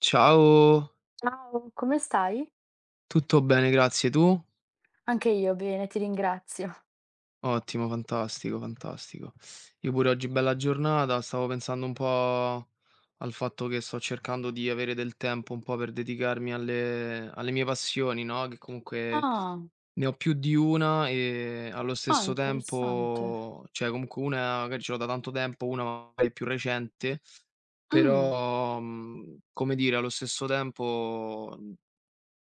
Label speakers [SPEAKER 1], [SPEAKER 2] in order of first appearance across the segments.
[SPEAKER 1] Ciao,
[SPEAKER 2] Ciao, come stai?
[SPEAKER 1] tutto bene, grazie. Tu?
[SPEAKER 2] Anche io bene, ti ringrazio.
[SPEAKER 1] Ottimo, fantastico, fantastico. Io pure oggi bella giornata, stavo pensando un po' al fatto che sto cercando di avere del tempo un po' per dedicarmi alle mie passioni, no? Che comunque
[SPEAKER 2] Ah,
[SPEAKER 1] ne ho più di una e allo stesso
[SPEAKER 2] interessante.
[SPEAKER 1] tempo, cioè comunque una magari ce l'ho da tanto tempo, una magari è più recente,
[SPEAKER 2] Mh,
[SPEAKER 1] però, come dire, allo stesso tempo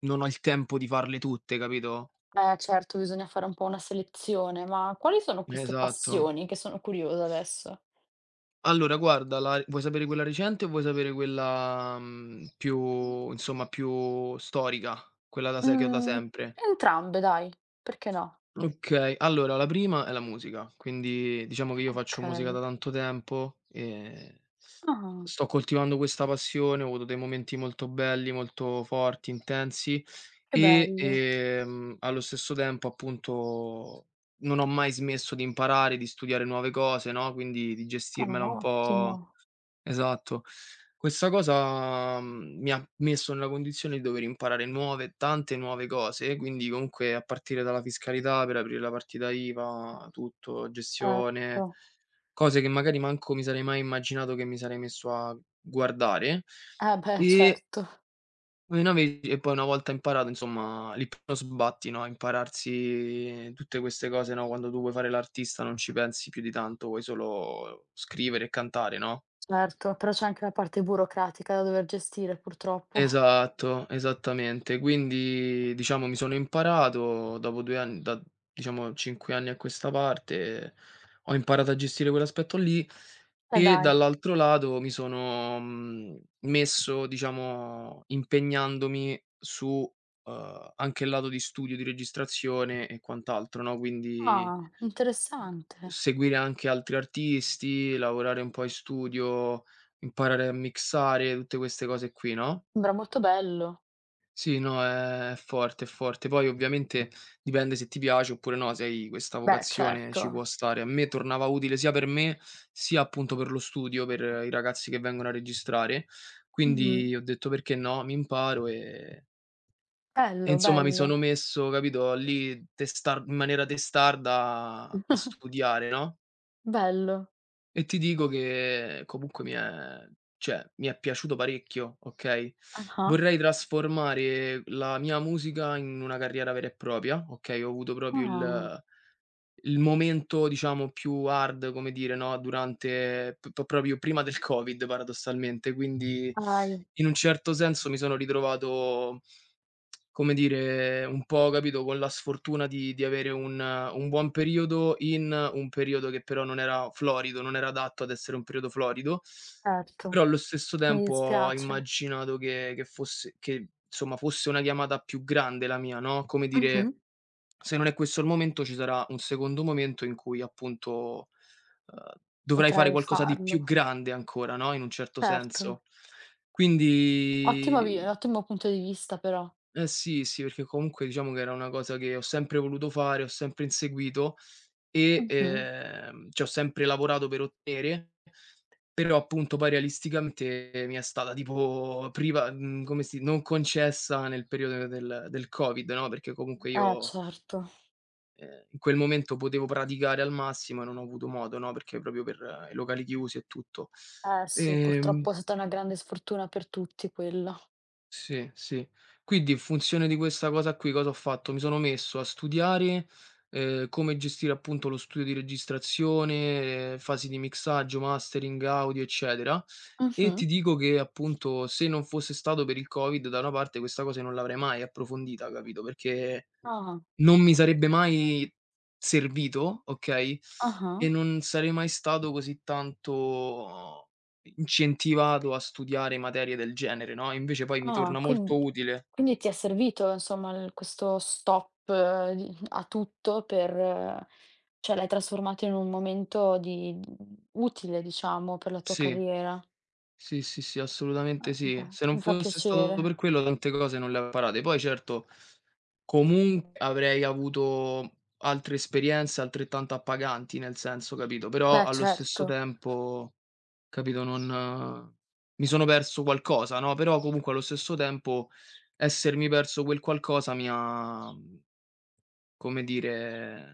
[SPEAKER 1] non ho il tempo di farle tutte, capito?
[SPEAKER 2] eh certo, bisogna fare un po' una selezione, ma quali sono queste
[SPEAKER 1] Esatto.
[SPEAKER 2] passioni? Che sono curiosa adesso.
[SPEAKER 1] Allora guarda, la vuoi sapere quella recente o vuoi sapere quella, più insomma più storica? Quella da se che ho da
[SPEAKER 2] Mhmm,
[SPEAKER 1] sempre.
[SPEAKER 2] Entrambe dai, perché no?
[SPEAKER 1] Okay, allora la prima è la musica, quindi diciamo che io faccio musica
[SPEAKER 2] Okay.
[SPEAKER 1] da tanto tempo e
[SPEAKER 2] Ah,
[SPEAKER 1] sto coltivando questa passione, ho avuto dei momenti molto belli, molto forti, intensi
[SPEAKER 2] che
[SPEAKER 1] e,
[SPEAKER 2] bello.
[SPEAKER 1] allo stesso tempo appunto non ho mai smesso di imparare, di studiare nuove cose, no, quindi di
[SPEAKER 2] Ah,
[SPEAKER 1] gestirmela un
[SPEAKER 2] ottimo.
[SPEAKER 1] po'. Esatto. Questa cosa, mi ha messo nella condizione di dover imparare nuove tante nuove cose, quindi comunque a partire dalla fiscalità per aprire la partita IVA, tutto, gestione,
[SPEAKER 2] Certo.
[SPEAKER 1] cose che magari manco mi sarei mai immaginato che mi sarei messo a guardare.
[SPEAKER 2] Eh beh,
[SPEAKER 1] E
[SPEAKER 2] certo,
[SPEAKER 1] una ve e poi una volta imparato insomma, lì proprio sbatti, no, impararsi tutte queste cose, no, quando tu vuoi fare l'artista non ci pensi più di tanto, vuoi solo scrivere e cantare, no?
[SPEAKER 2] certo, però c'è anche la parte burocratica da dover gestire purtroppo.
[SPEAKER 1] Esatto, esattamente. Quindi diciamo mi sono imparato dopo 2 ann da diciamo 5 anni a questa parte, ho imparato a gestire quell'aspetto lì
[SPEAKER 2] E
[SPEAKER 1] e
[SPEAKER 2] dai.
[SPEAKER 1] dall'altro lato mi sono, messo diciamo impegnandomi su, anche il lato di studio, di registrazione e quant'altro, no, quindi
[SPEAKER 2] Ah, interessante.
[SPEAKER 1] seguire anche altri artisti, lavorare un po' in studio, imparare a mixare, tutte queste cose qui, no?
[SPEAKER 2] Sembra molto bello.
[SPEAKER 1] Sì, no, è forte, è forte. Poi ovviamente dipende se ti piace oppure no, se hai questa
[SPEAKER 2] Beh,
[SPEAKER 1] vocazione ci può
[SPEAKER 2] certo.
[SPEAKER 1] stare. A me tornava utile sia per me, sia appunto per lo studio, per i ragazzi che vengono a registrare.
[SPEAKER 2] Mh-mh.
[SPEAKER 1] Quindi ho detto: "Perché no, mi imparo" e insomma mi sono
[SPEAKER 2] Bello.
[SPEAKER 1] messo, capito, lì testar in maniera testarda a studiare, no?
[SPEAKER 2] Bello.
[SPEAKER 1] E ti dico che comunque mi è cioè, mi è piaciuto parecchio, okay,
[SPEAKER 2] Ah-ah.
[SPEAKER 1] vorrei trasformare la mia musica in una carriera vera e propria, okay, ho avuto proprio
[SPEAKER 2] Ah.
[SPEAKER 1] il momento diciamo più hard, come dire, no, durante p p proprio prima del Covid paradossalmente, quindi
[SPEAKER 2] Dai,
[SPEAKER 1] in un certo senso mi sono ritrovato come dire, un po', capito, con la sfortuna di avere un buon periodo in un periodo che però non era florido, non era adatto ad essere un periodo florido,
[SPEAKER 2] certo.
[SPEAKER 1] però allo stesso
[SPEAKER 2] Mi
[SPEAKER 1] tempo ho
[SPEAKER 2] dispiace.
[SPEAKER 1] immaginato che fosse che insomma fosse una chiamata più grande la mia, no, come
[SPEAKER 2] Mh-mh.
[SPEAKER 1] dire, se non è questo il momento ci sarà un secondo momento in cui appunto, uhm, dovrai fare
[SPEAKER 2] Potrei
[SPEAKER 1] qualcosa di
[SPEAKER 2] farlo.
[SPEAKER 1] più grande ancora, no, in un certo
[SPEAKER 2] Certo.
[SPEAKER 1] senso.
[SPEAKER 2] Ottima vi
[SPEAKER 1] Quindi
[SPEAKER 2] ottimo punto di vista però.
[SPEAKER 1] eh sì, sì, perché comunque diciamo che era una cosa che ho sempre voluto fare, ho sempre inseguito e,
[SPEAKER 2] Mh-mh.
[SPEAKER 1] ci ho sempre lavorato per ottenere, però appunto poi realisticamente mi è stata tipo priva come si non concessa nel periodo del Covid, no, perché comunque io,
[SPEAKER 2] Certo.
[SPEAKER 1] in quel momento potevo praticare al massimo e non ho avuto modo, no, perché proprio per i locali chiusi e tutto.
[SPEAKER 2] Sì,
[SPEAKER 1] Ehm
[SPEAKER 2] purtroppo è stata una grande sfortuna per tutti quella.
[SPEAKER 1] Sì, sì. Quindi in funzione di questa cosa qui, cosa ho fatto? Mi sono messo a studiare, come gestire appunto lo studio di registrazione, fasi di mixaggio, mastering, audio, eccetera, e ti
[SPEAKER 2] Mh-mh.
[SPEAKER 1] dico che appunto se non fosse stato per il Covid da una parte questa cosa non l'avrei mai approfondita, capito, perché
[SPEAKER 2] Ah.
[SPEAKER 1] non mi sarebbe mai servito, okay,
[SPEAKER 2] Ah-ah.
[SPEAKER 1] e non sarei mai stato così tanto incentivato a studiare materie del genere, no, invece poi mi
[SPEAKER 2] Ah,
[SPEAKER 1] torna
[SPEAKER 2] quin
[SPEAKER 1] molto utile.
[SPEAKER 2] quindi ti è servito insomma il questo stop di a tutto per cioè l'hai trasformato in un momento di utile diciamo per la tua
[SPEAKER 1] Sì,
[SPEAKER 2] carriera.
[SPEAKER 1] sì, sì, sì, assolutamente
[SPEAKER 2] Ah,
[SPEAKER 1] sì.
[SPEAKER 2] beh,
[SPEAKER 1] Se non
[SPEAKER 2] mi fa
[SPEAKER 1] fosse
[SPEAKER 2] piacere.
[SPEAKER 1] stato per quello tante cose non le avrei imparate. Poi certo, comunque avrei avuto altre esperienze altrettanto appaganti, nel senso, capito, però
[SPEAKER 2] Beh,
[SPEAKER 1] allo stesso
[SPEAKER 2] certo,
[SPEAKER 1] tempo. Capito, non mi sono perso qualcosa, no, però comunque allo stesso tempo essermi perso quel qualcosa mi ha, come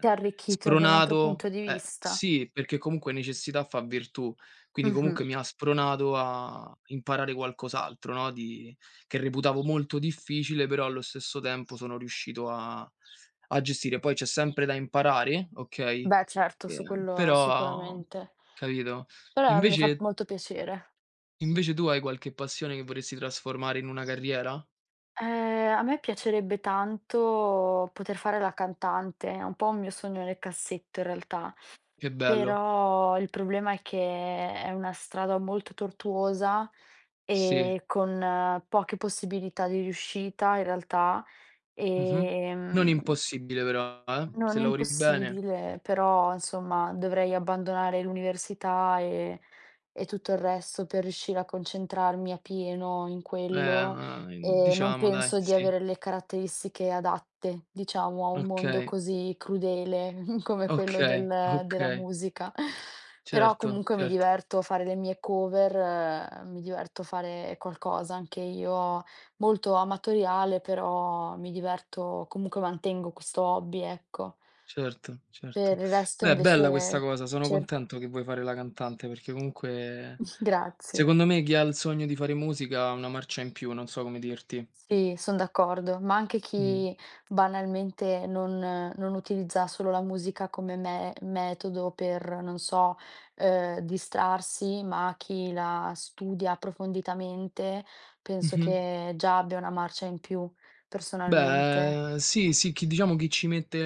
[SPEAKER 2] ti ha arricchito da un altro
[SPEAKER 1] spronato
[SPEAKER 2] punto di vista.
[SPEAKER 1] sì, perché comunque necessità fa virtù, quindi
[SPEAKER 2] Mh-mh.
[SPEAKER 1] comunque mi ha spronato a imparare qualcos'altro, no, di che reputavo molto difficile, però allo stesso tempo sono riuscito a a gestire. Poi c'è sempre da imparare, okay,
[SPEAKER 2] Beh, certo, su quello
[SPEAKER 1] però
[SPEAKER 2] sicuramente.
[SPEAKER 1] capito?
[SPEAKER 2] Però mi fa
[SPEAKER 1] Invece
[SPEAKER 2] molto piacere.
[SPEAKER 1] Invece tu hai qualche passione che vorresti trasformare in una carriera?
[SPEAKER 2] A me piacerebbe tanto poter fare la cantante, è un po' un mio sogno nel cassetto in realtà.
[SPEAKER 1] Che bello.
[SPEAKER 2] Però il problema è che è una strada molto tortuosa
[SPEAKER 1] Sì.
[SPEAKER 2] e con poche possibilità di riuscita in realtà,
[SPEAKER 1] Mh-mh. Non
[SPEAKER 2] ehm
[SPEAKER 1] impossibile però, se
[SPEAKER 2] non è
[SPEAKER 1] lavori bene.
[SPEAKER 2] impossibile, però insomma dovrei abbandonare l'università e tutto il resto per riuscire a concentrarmi a pieno in quello e non
[SPEAKER 1] Diciamo dai,
[SPEAKER 2] penso di
[SPEAKER 1] sì.
[SPEAKER 2] avere le caratteristiche adatte, diciamo, a un mondo
[SPEAKER 1] Okay,
[SPEAKER 2] così crudele come quello
[SPEAKER 1] okay,
[SPEAKER 2] della
[SPEAKER 1] okay.
[SPEAKER 2] musica. Però
[SPEAKER 1] Certo,
[SPEAKER 2] comunque mi
[SPEAKER 1] certo,
[SPEAKER 2] diverto a fare le mie cover, mi diverto a fare qualcosa anche io. Molto amatoriale, però mi diverto, comunque mantengo questo hobby, ecco.
[SPEAKER 1] certo,
[SPEAKER 2] Per
[SPEAKER 1] certo.
[SPEAKER 2] il resto
[SPEAKER 1] Beh, bella questa
[SPEAKER 2] invece
[SPEAKER 1] cosa, sono
[SPEAKER 2] cer
[SPEAKER 1] contento che vuoi fare la cantante perché comunque
[SPEAKER 2] grazie.
[SPEAKER 1] secondo me chi ha il sogno di fare musica ha una marcia in più, non so come dirti.
[SPEAKER 2] Sì, son d'accordo, ma anche
[SPEAKER 1] Mh.
[SPEAKER 2] chi banalmente non utilizza solo la musica come me metodo per, non so, distrarsi, ma chi la studia approfonditamente, penso
[SPEAKER 1] Mh-mh.
[SPEAKER 2] che già abbia una marcia in più, personalmente.
[SPEAKER 1] Beh, sì, sì, chi diciamo chi ci mette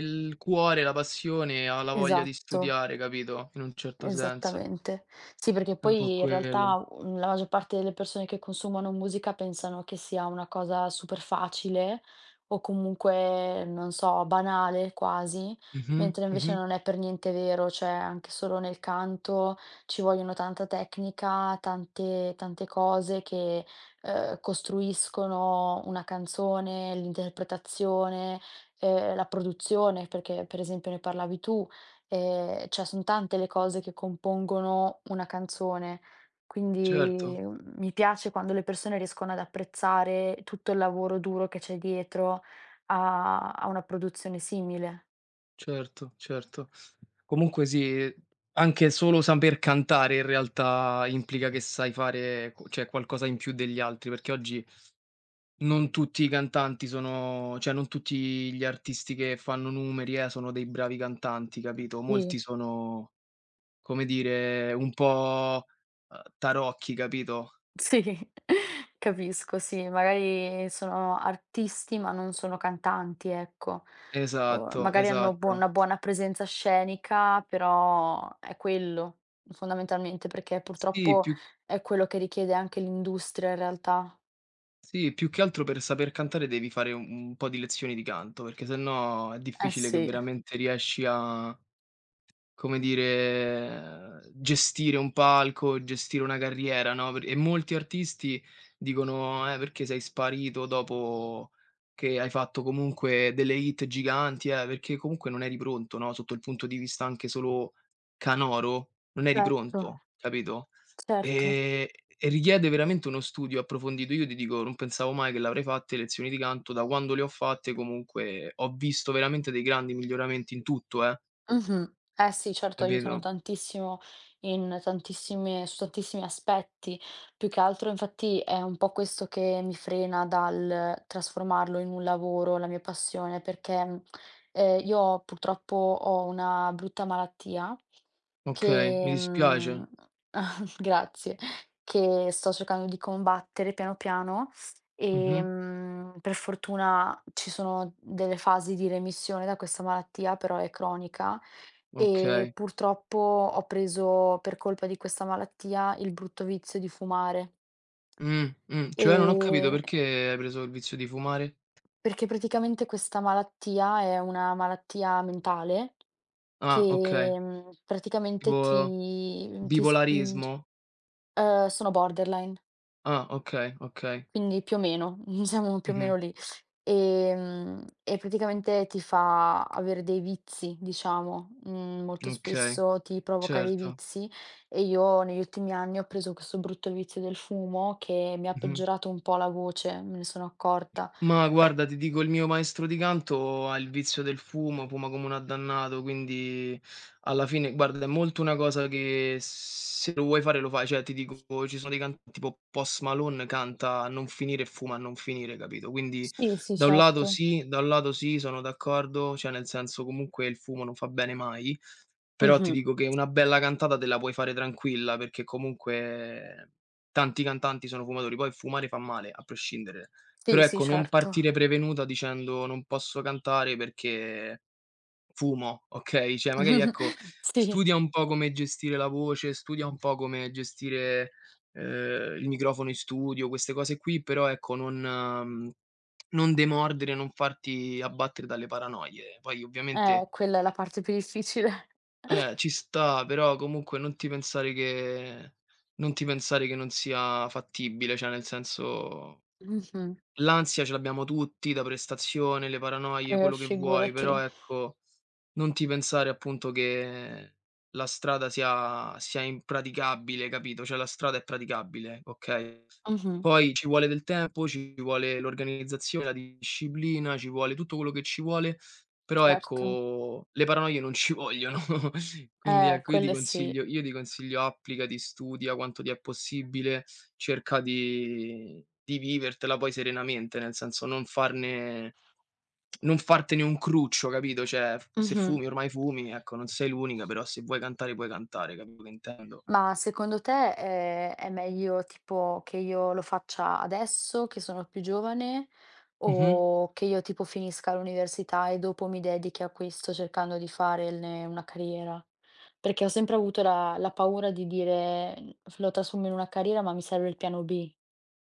[SPEAKER 1] il cuore, la passione, ha la voglia di
[SPEAKER 2] Esatto.
[SPEAKER 1] studiare, capito, in un certo senso.
[SPEAKER 2] Esattamente. Sì, perché
[SPEAKER 1] È un po'
[SPEAKER 2] poi in
[SPEAKER 1] quello.
[SPEAKER 2] realtà, la maggior parte delle persone che consumano musica pensano che sia una cosa super facile o comunque, non so, banale quasi,
[SPEAKER 1] Mh-mh,
[SPEAKER 2] mentre invece
[SPEAKER 1] mh-mh.
[SPEAKER 2] non è per niente vero, cioè anche solo nel canto ci vogliono tanta tecnica, tante cose che, costruiscono una canzone, l'interpretazione, la produzione, perché per esempio ne parlavi tu. Cioè son tante le cose che compongono una canzone, quindi,
[SPEAKER 1] Certo,
[SPEAKER 2] mi piace quando le persone riescono ad apprezzare tutto il lavoro duro che c'è dietro a una produzione simile.
[SPEAKER 1] certo, certo. Comunque sì, anche solo saper cantare in realtà implica che sai fare co cioè qualcosa in più degli altri, perché oggi non tutti i cantanti sono cioè non tutti gli artisti che fanno numeri, sono dei bravi cantanti, capito,
[SPEAKER 2] Sì.
[SPEAKER 1] molti sono. Come dire, un po', tarocchi, capito?
[SPEAKER 2] Sì, capisco, sì, magari sono artisti, ma non sono cantanti, ecco. O
[SPEAKER 1] Esatto,
[SPEAKER 2] magari hanno bu
[SPEAKER 1] esatto.
[SPEAKER 2] una buona presenza scenica, però è quello, fondamentalmente, perché
[SPEAKER 1] Sì,
[SPEAKER 2] purtroppo
[SPEAKER 1] più
[SPEAKER 2] è quello che richiede anche l'industria in realtà.
[SPEAKER 1] sì, più che altro per saper cantare devi fare un po' di lezioni di canto, perché sennò è
[SPEAKER 2] Eh
[SPEAKER 1] difficile che
[SPEAKER 2] sì.
[SPEAKER 1] veramente riesci a, come dire, gestire un palco, gestire una carriera, no, per e molti artisti dicono: perché sei sparito dopo che hai fatto comunque delle hit giganti, perché comunque non eri pronto, no, sotto il punto di vista anche solo canoro, non eri
[SPEAKER 2] Certo,
[SPEAKER 1] pronto", capito?
[SPEAKER 2] certo.
[SPEAKER 1] Ehm, e richiede veramente uno studio approfondito. Io ti dico, non pensavo mai che l'avrei fatte le lezioni di canto, da quando le ho fatte comunque ho visto veramente dei grandi miglioramenti in tutto,
[SPEAKER 2] Mh-mh. Eh sì, certo, aiutano
[SPEAKER 1] capito?
[SPEAKER 2] tantissimo in tantissime su tantissimi aspetti. Più che altro infatti è un po' questo che mi frena dal trasformarlo in un lavoro, la mia passione, perché, io purtroppo ho una brutta malattia
[SPEAKER 1] Okay, mi
[SPEAKER 2] che,
[SPEAKER 1] dispiace.
[SPEAKER 2] mhmm grazie, che sto cercando di combattere piano piano,
[SPEAKER 1] Mh-mh.
[SPEAKER 2] per fortuna ci sono delle fasi di remissione da questa malattia, però è cronica e
[SPEAKER 1] Okay.
[SPEAKER 2] purtroppo ho preso, per colpa di questa malattia, il brutto vizio di fumare.
[SPEAKER 1] Cioè, non ho capito
[SPEAKER 2] Ehm,
[SPEAKER 1] perché hai preso il vizio di fumare?
[SPEAKER 2] perché praticamente questa malattia è una malattia mentale che,
[SPEAKER 1] Ah, okay.
[SPEAKER 2] praticamente
[SPEAKER 1] Tipo
[SPEAKER 2] ti spinge
[SPEAKER 1] bipolarismo?
[SPEAKER 2] sono borderline,
[SPEAKER 1] Ah, okay, okay.
[SPEAKER 2] quindi più o meno, siamo più o meno
[SPEAKER 1] Mh-mh.
[SPEAKER 2] lì. E praticamente ti fa avere dei vizi, diciamo, molto
[SPEAKER 1] Okay,
[SPEAKER 2] spesso ti provoca dei
[SPEAKER 1] certo.
[SPEAKER 2] vizi e io negli ultimi anni ho preso questo brutto vizio del fumo che mi ha
[SPEAKER 1] Mh-mh.
[SPEAKER 2] peggiorato un po' la voce, me ne sono accorta.
[SPEAKER 1] Ma guarda, ti dico, il mio maestro di canto ha il vizio del fumo, fuma come un addannato, quindi alla fine, guarda, è molto una cosa che se lo vuoi fare lo fai, cioè ti dico, ci sono dei cantanti tipo Post Malone canta a non finire e fuma a non finire, capito? Quindi
[SPEAKER 2] Sì, sì,
[SPEAKER 1] da un lato
[SPEAKER 2] certo.
[SPEAKER 1] sì, da un lato sì, sono d'accordo, cioè nel senso comunque il fumo non fa bene mai, però ti
[SPEAKER 2] Mh-mh.
[SPEAKER 1] dico che una bella cantata te la puoi fare tranquilla, perché comunque tanti cantanti sono fumatori, poi fumare fa male, a prescindere.
[SPEAKER 2] Sì,
[SPEAKER 1] Però
[SPEAKER 2] sì,
[SPEAKER 1] ecco, non
[SPEAKER 2] certo.
[SPEAKER 1] partire prevenuta dicendo: "Non posso cantare perché fumo", okay? Cioè magari ecco,
[SPEAKER 2] Sì,
[SPEAKER 1] studia un po' come gestire la voce, studia un po' come gestire, il microfono in studio, queste cose qui, però ecco non non demordere, non farti abbattere dalle paranoie. Poi ovviamente
[SPEAKER 2] quella è la parte più difficile.
[SPEAKER 1] ci sta, però comunque non ti pensare che non sia fattibile, cioè nel senso.
[SPEAKER 2] Mh-mh.
[SPEAKER 1] L'ansia ce l'abbiamo tutti da prestazione, le paranoie, quello che vuoi, però
[SPEAKER 2] Figurati.
[SPEAKER 1] ecco, non ti pensare appunto che la strada sia sia impraticabile, capito, cioè la strada è praticabile, okay,
[SPEAKER 2] Mh-mh.
[SPEAKER 1] poi ci vuole del tempo, ci vuole l'organizzazione, la disciplina, ci vuole tutto quello che ci vuole, però
[SPEAKER 2] Certo.
[SPEAKER 1] ecco le paranoie non ci vogliono. Quindi ecco,
[SPEAKER 2] Quello sì.
[SPEAKER 1] io ti consiglio applicati, studia quanto ti è possibile, cerca di vivertela poi serenamente, nel senso non fartene un cruccio, capito, cioè f se
[SPEAKER 2] Mh-mh.
[SPEAKER 1] fumi ormai fumi, ecco, non sei l'unica, però se vuoi cantare puoi cantare, capito che intendo?
[SPEAKER 2] Ma secondo te, è meglio tipo che io lo faccia adesso, che sono più giovane,
[SPEAKER 1] Mh-mh.
[SPEAKER 2] o che io tipo finisca l'università e dopo mi dedichi a questo cercando di farne una carriera? Perché ho sempre avuto la paura di dire: "Mhmm, f lo trasformo in una carriera, ma mi serve il piano B".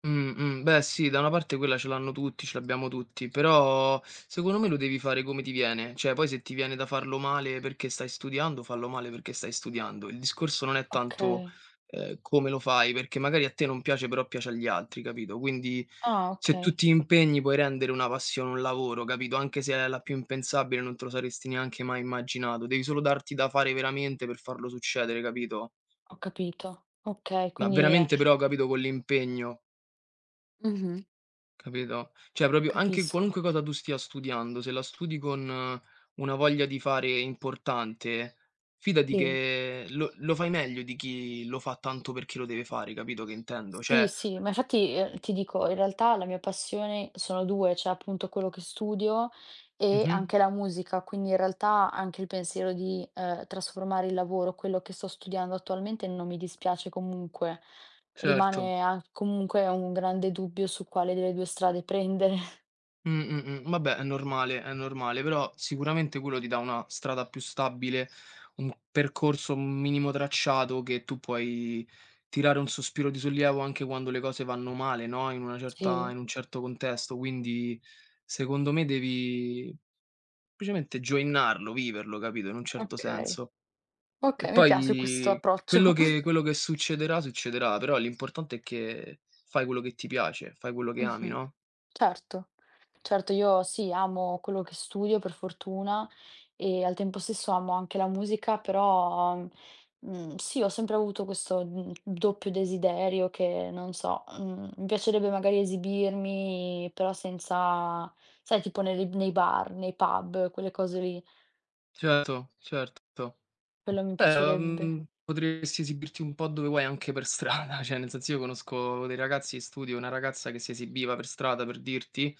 [SPEAKER 1] Beh sì, da una parte quella ce l'hanno tutti, ce l'abbiamo tutti, però secondo me lo devi fare come ti viene, cioè poi se ti viene da farlo male perché stai studiando, fallo male perché stai studiando. Il discorso non è tanto,
[SPEAKER 2] Okay.
[SPEAKER 1] come lo fai, perché magari a te non piace, però piace agli altri, capito? Quindi
[SPEAKER 2] Ah
[SPEAKER 1] se tu
[SPEAKER 2] okay,
[SPEAKER 1] ti impegni puoi rendere una passione un lavoro, capito? Anche se è la più impensabile, non te lo saresti neanche mai immaginato. Devi solo darti da fare veramente per farlo succedere, capito?
[SPEAKER 2] ho capito. Okay,
[SPEAKER 1] Ma
[SPEAKER 2] quindi è
[SPEAKER 1] veramente però, capito, con l'impegno.
[SPEAKER 2] Mh-mh.
[SPEAKER 1] Capito? Cioè proprio anche
[SPEAKER 2] Capisco.
[SPEAKER 1] qualunque cosa tu stia studiando, se la studi con una voglia di fare importante, fidati
[SPEAKER 2] Sì.
[SPEAKER 1] che lo fai meglio di chi lo fa tanto perché lo deve fare, capito che intendo?
[SPEAKER 2] Sì,
[SPEAKER 1] Cioè
[SPEAKER 2] sì, ma infatti, ti dico, in realtà la mia passione sono 2, cioè appunto quello che studio e
[SPEAKER 1] mh-mh,
[SPEAKER 2] anche la musica, quindi in realtà anche il pensiero di, trasformare il lavoro, quello che sto studiando attualmente, non mi dispiace comunque.
[SPEAKER 1] certo.
[SPEAKER 2] Rimane a comunque un grande dubbio su quale delle 2 strade prendere.
[SPEAKER 1] Vabbè, è normale, però sicuramente quello ti dà una strada più stabile, un percorso, un minimo tracciato che tu puoi tirare un sospiro di sollievo anche quando le cose vanno male, no, in una
[SPEAKER 2] Sì,
[SPEAKER 1] certa in un certo contesto. Quindi secondo me devi semplicemente gioinnarlo, viverlo, capito, in un certo
[SPEAKER 2] okay,
[SPEAKER 1] senso. E
[SPEAKER 2] okay, mi piace questo
[SPEAKER 1] poi quello
[SPEAKER 2] approccio.
[SPEAKER 1] che quello che succederà, succederà, però l'importante è che fai quello che ti piace, fai quello che ami,
[SPEAKER 2] Mh-mh.
[SPEAKER 1] no?
[SPEAKER 2] Certo, certo io sì, amo quello che studio per fortuna e al tempo stesso amo anche la musica, però, sì, ho sempre avuto questo, doppio desiderio che non so, mi piacerebbe magari esibirmi, però senza sai tipo nelle nei bar, nei pub, quelle cose lì,
[SPEAKER 1] Certo, certo.
[SPEAKER 2] quello mi piacerebbe.
[SPEAKER 1] Potresti esibirti un po' dove vuoi anche per strada, cioè nel senso io conosco dei ragazzi in studio, una ragazza che si esibiva per strada per dirti,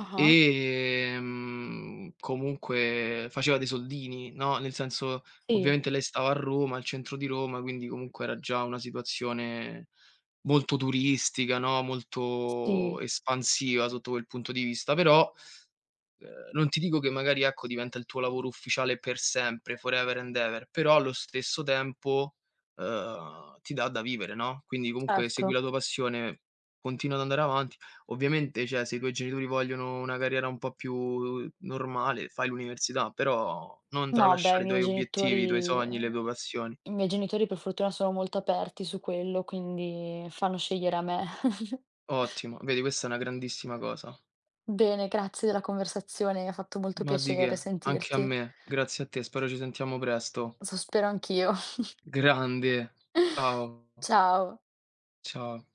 [SPEAKER 2] Ah-ah.
[SPEAKER 1] comunque faceva dei soldini, no, nel senso
[SPEAKER 2] Sì,
[SPEAKER 1] ovviamente lei stava a Roma, al centro di Roma, quindi comunque era già una situazione molto turistica, no, molto
[SPEAKER 2] sì,
[SPEAKER 1] espansiva sotto quel punto di vista, però. Non ti dico che magari, ecco, diventa il tuo lavoro ufficiale per sempre, forever and ever, però allo stesso tempo, ti dà da vivere, no, quindi comunque segui
[SPEAKER 2] certo.
[SPEAKER 1] la tua passione, continua ad andare avanti. Ovviamente, cioè, se i tuoi genitori vogliono una carriera un po' più normale, fai l'università, però non
[SPEAKER 2] No, beh,
[SPEAKER 1] tralasciare i tuoi obiettivi, i tuoi sogni, le tue passioni.
[SPEAKER 2] I miei genitori per fortuna sono molto aperti su quello, quindi fanno scegliere a me.
[SPEAKER 1] Ottimo, vedi questa è una grandissima cosa.
[SPEAKER 2] Bene, grazie della conversazione, ha fatto molto
[SPEAKER 1] Ma di
[SPEAKER 2] piacere
[SPEAKER 1] che, anche a
[SPEAKER 2] sentirti.
[SPEAKER 1] me. Grazie a te, spero ci sentiamo presto.
[SPEAKER 2] Lo so, spero anch'io.
[SPEAKER 1] Grande, ciao.
[SPEAKER 2] Ciao.
[SPEAKER 1] Ciao.